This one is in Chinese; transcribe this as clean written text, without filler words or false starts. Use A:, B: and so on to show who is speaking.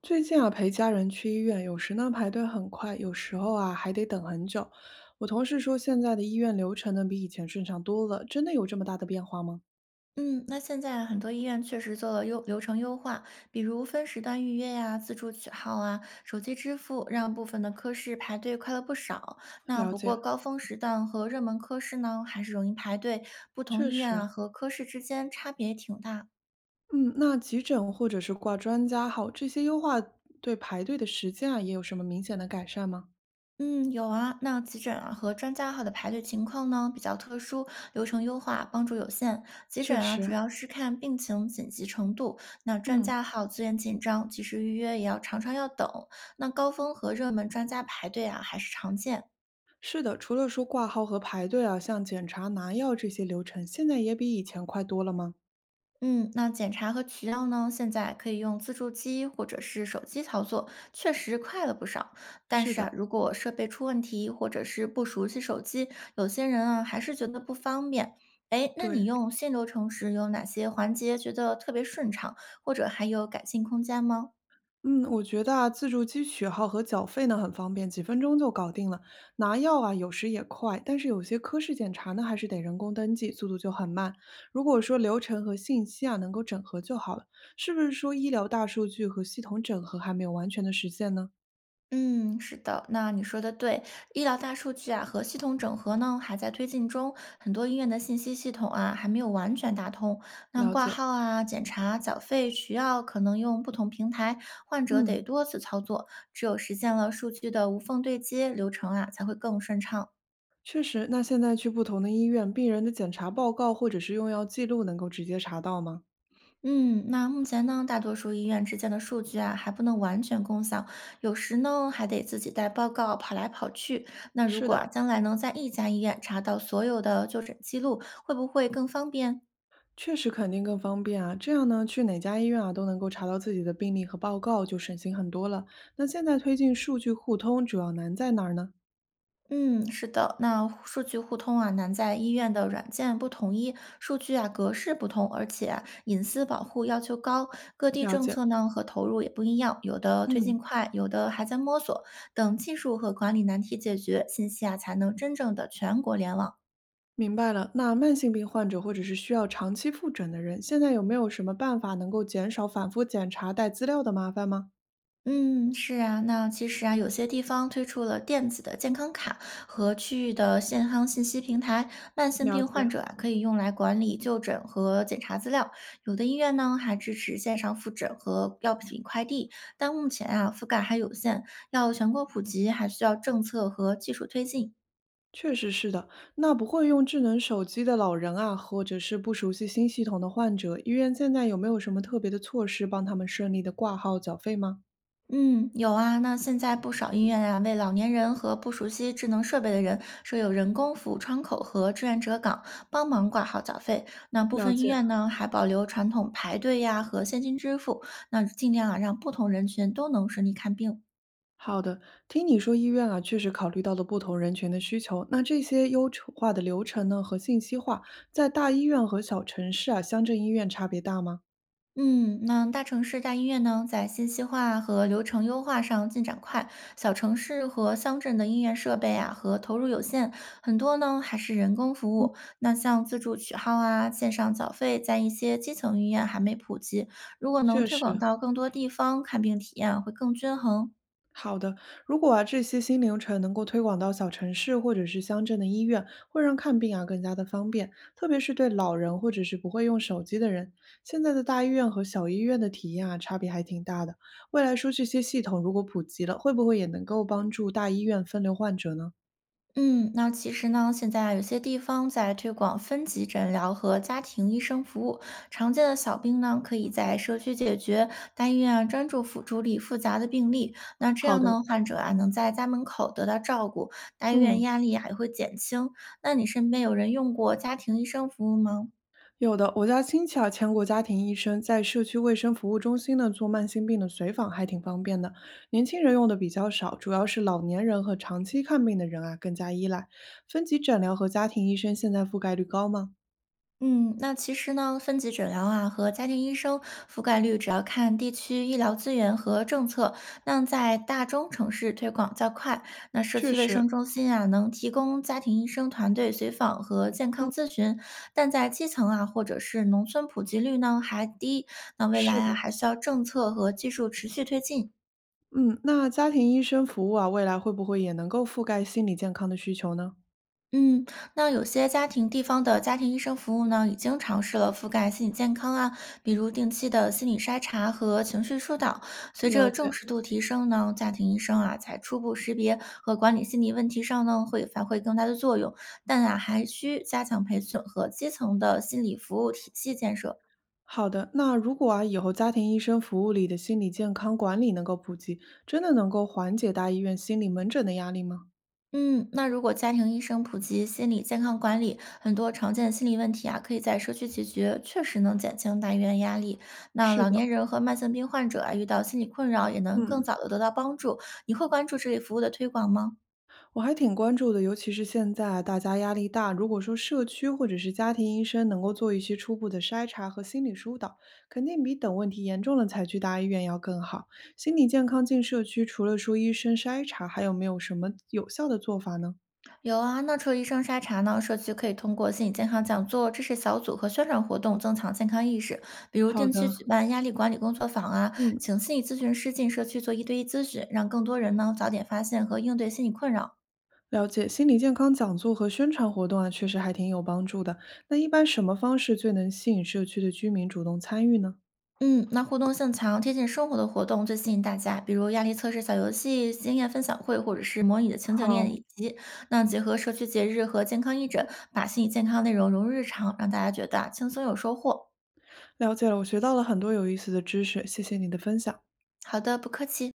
A: 最近啊，陪家人去医院，有时呢排队很快，有时候啊还得等很久。我同事说，现在的医院流程呢比以前顺畅多了，真的有这么大的变化吗？
B: 嗯，那现在很多医院确实做了流程优化，比如分时段预约呀、自助取号啊、手机支付，让部分的科室排队快了不少。那
A: 了
B: 不过
A: 解，
B: 高峰时段和热门科室呢，还是容易排队，不同
A: 确
B: 医院啊
A: 实，
B: 和科室之间差别挺大。
A: 嗯，那急诊或者是挂专家号这些优化对排队的时间啊，也有什么明显的改善吗？
B: 嗯，有啊。那急诊啊和专家号的排队情况呢比较特殊，流程优化帮助有限。急诊
A: 确
B: 啊主
A: 实，
B: 要是看病情紧急程度，那专
A: 嗯，
B: 家号资源紧张，及时预约也要常常要等。那高峰和热门专家排队啊还是常见。
A: 是的，除了说挂号和排队啊，像检查、拿药这些流程，现在也比以前快多了吗？
B: 嗯，那检查和取药呢，现在可以用自助机或者是手机操作，确实快了不少。但
A: 是
B: 是啊，
A: 的，
B: 如果设备出问题或者是不熟悉手机，有些人啊还是觉得不方便。哎，那你
A: 对。
B: 用新流程时有哪些环节觉得特别顺畅，或者还有改进空间吗？
A: 嗯，我觉得啊，自助机取号和缴费呢很方便，几分钟就搞定了。拿药啊，有时也快，但是有些科室检查呢，还是得人工登记，速度就很慢。如果说流程和信息啊能够整合就好了，是不是说医疗大数据和系统整合还没有完全的实现呢？
B: 嗯，是的，那你说的对，医疗大数据啊和系统整合呢还在推进中，很多医院的信息系统啊还没有完全打通，那
A: 了
B: 挂
A: 解，
B: 号啊、检查、缴费、取药可能用不同平台，患者得
A: 嗯，
B: 多次操作，只有实现了数据的无缝对接，流程啊才会更顺畅。
A: 确实。那现在去不同的医院，病人的检查报告或者是用药记录能够直接查到吗？
B: 嗯，那目前呢，大多数医院之间的数据啊，还不能完全共享，有时呢还得自己带报告跑来跑去。那如
A: 是
B: 果啊，
A: 的，
B: 将来能在一家医院查到所有的就诊记录，会不会更方便？
A: 确实肯定更方便啊，这样呢，去哪家医院啊都能够查到自己的病历和报告，就省心很多了。那现在推进数据互通，主要难在哪儿呢？
B: 嗯，是的，那数据互通啊，难在医院的软件不统一，数据啊格式不同，而且啊隐私保护要求高，各地
A: 了
B: 政
A: 解，
B: 策呢和投入也不一样，有的推进
A: 嗯，
B: 快，有的还在摸索。等技术和管理难题解决，信息啊才能真正的全国联网。
A: 明白了。那慢性病患者或者是需要长期复诊的人，现在有没有什么办法能够减少反复检查带资料的麻烦吗？
B: 嗯，是啊，那其实啊，有些地方推出了电子的健康卡和区域的健康信息平台，慢性
A: 了
B: 病患
A: 解，
B: 者啊可以用来管理就诊和检查资料。有的医院呢还支持线上复诊和药品快递，但目前啊覆盖还有限，要全国普及还需要政策和技术推进。
A: 确实是的。那不会用智能手机的老人啊，或者是不熟悉新系统的患者，医院现在有没有什么特别的措施帮他们顺利的挂号缴费吗？
B: 嗯，有啊。那现在不少医院啊，为老年人和不熟悉智能设备的人设有人工服务窗口和志愿者岗，帮忙挂号缴费。那部
A: 了
B: 分医
A: 解。
B: 院呢，还保留传统排队呀和现金支付，那尽量啊让不同人群都能顺利看病。
A: 好的，听你说医院啊，确实考虑到了不同人群的需求。那这些优化的流程呢和信息化，在大医院和小城市啊、乡镇医院差别大吗？
B: 嗯，那大城市大医院呢，在信息化和流程优化上进展快，小城市和乡镇的医院设备啊和投入有限，很多呢还是人工服务。那像自助取号啊、线上缴费，在一些基层医院还没普及。如果能
A: 确
B: 推
A: 实，
B: 广到更多地方，看病体验会更均衡。
A: 好的。如果啊这些新流程能够推广到小城市或者是乡镇的医院，会让看病啊更加的方便，特别是对老人或者是不会用手机的人。现在的大医院和小医院的体验啊差别还挺大的。未来说这些系统如果普及了，会不会也能够帮助大医院分流患者呢？
B: 嗯，那其实呢，现在有些地方在推广分级诊疗和家庭医生服务，常见的小病呢，可以在社区解决，大医院啊专注辅助力复杂的病例。那这
A: 好
B: 样
A: 的，
B: 呢，患者啊能在家门口得到照顾，大医院
A: 嗯。
B: 压力啊也会减轻。那你身边有人用过家庭医生服务吗？
A: 有的，我家亲戚啊，全过家庭医生在社区卫生服务中心呢做慢性病的随访，还挺方便的。年轻人用的比较少，主要是老年人和长期看病的人啊更加依赖。分级诊疗和家庭医生现在覆盖率高吗？
B: 嗯，那其实呢，分级诊疗啊和家庭医生覆盖率主要看地区医疗资源和政策。那在大中城市推广较快，那社
A: 确
B: 区卫
A: 实，
B: 生中心啊能提供家庭医生团队随访和健康
A: 嗯，
B: 咨询，但在基层啊或者是农村普及率呢还低。那未来
A: 是
B: 啊
A: 的，
B: 还需要政策和技术持续推进。
A: 嗯，那家庭医生服务啊，未来会不会也能够覆盖心理健康的需求呢？
B: 嗯，那有些地方的家庭医生服务呢，已经尝试了覆盖心理健康啊，比如定期的心理筛查和情绪疏导。随着
A: 了
B: 重
A: 解。
B: 视度提升呢，家庭医生啊，在初步识别和管理心理问题上呢，会发挥更大的作用。但啊，还需加强培训和基层的心理服务体系建设。
A: 好的，那如果啊，以后家庭医生服务里的心理健康管理能够普及，真的能够缓解大医院心理门诊的压力吗？
B: 嗯，那如果家庭医生普及心理健康管理，很多常见的心理问题啊，可以在社区解决，确实能减轻大医院压力。那
A: 是
B: 老
A: 的，
B: 年人和慢性病患者啊，遇到心理困扰也能更
A: 嗯，
B: 早的得到帮助。你会关注这类服务的推广吗？
A: 我还挺关注的，尤其是现在大家压力大，如果说社区或者是家庭医生能够做一些初步的筛查和心理疏导，肯定比等问题严重了才去大医院要更好。心理健康进社区，除了说医生筛查，还有没有什么有效的做法呢？
B: 有啊，那除了医生筛查呢，社区可以通过心理健康讲座、知识小组和宣传活动增强健康意识，比如
A: 好
B: 定期举
A: 的，
B: 办压力管理工作坊啊，
A: 嗯，
B: 请心理咨询师进社区做一对一咨询，让更多人呢早点发现和应对心理困扰。
A: 了解。心理健康讲座和宣传活动啊，确实还挺有帮助的。那一般什么方式最能吸引社区的居民主动参与呢？
B: 嗯，那互动性强、贴近生活的活动最吸引大家，比如压力测试小游戏、经验分享会，或者是模拟的情景练
A: 好，
B: 习。那结合社区节日和健康义诊，把心理健康内容融入日常，让大家觉得啊轻松有收获。
A: 了解了，我学到了很多有意思的知识，谢谢你的分享。
B: 好的，不客气。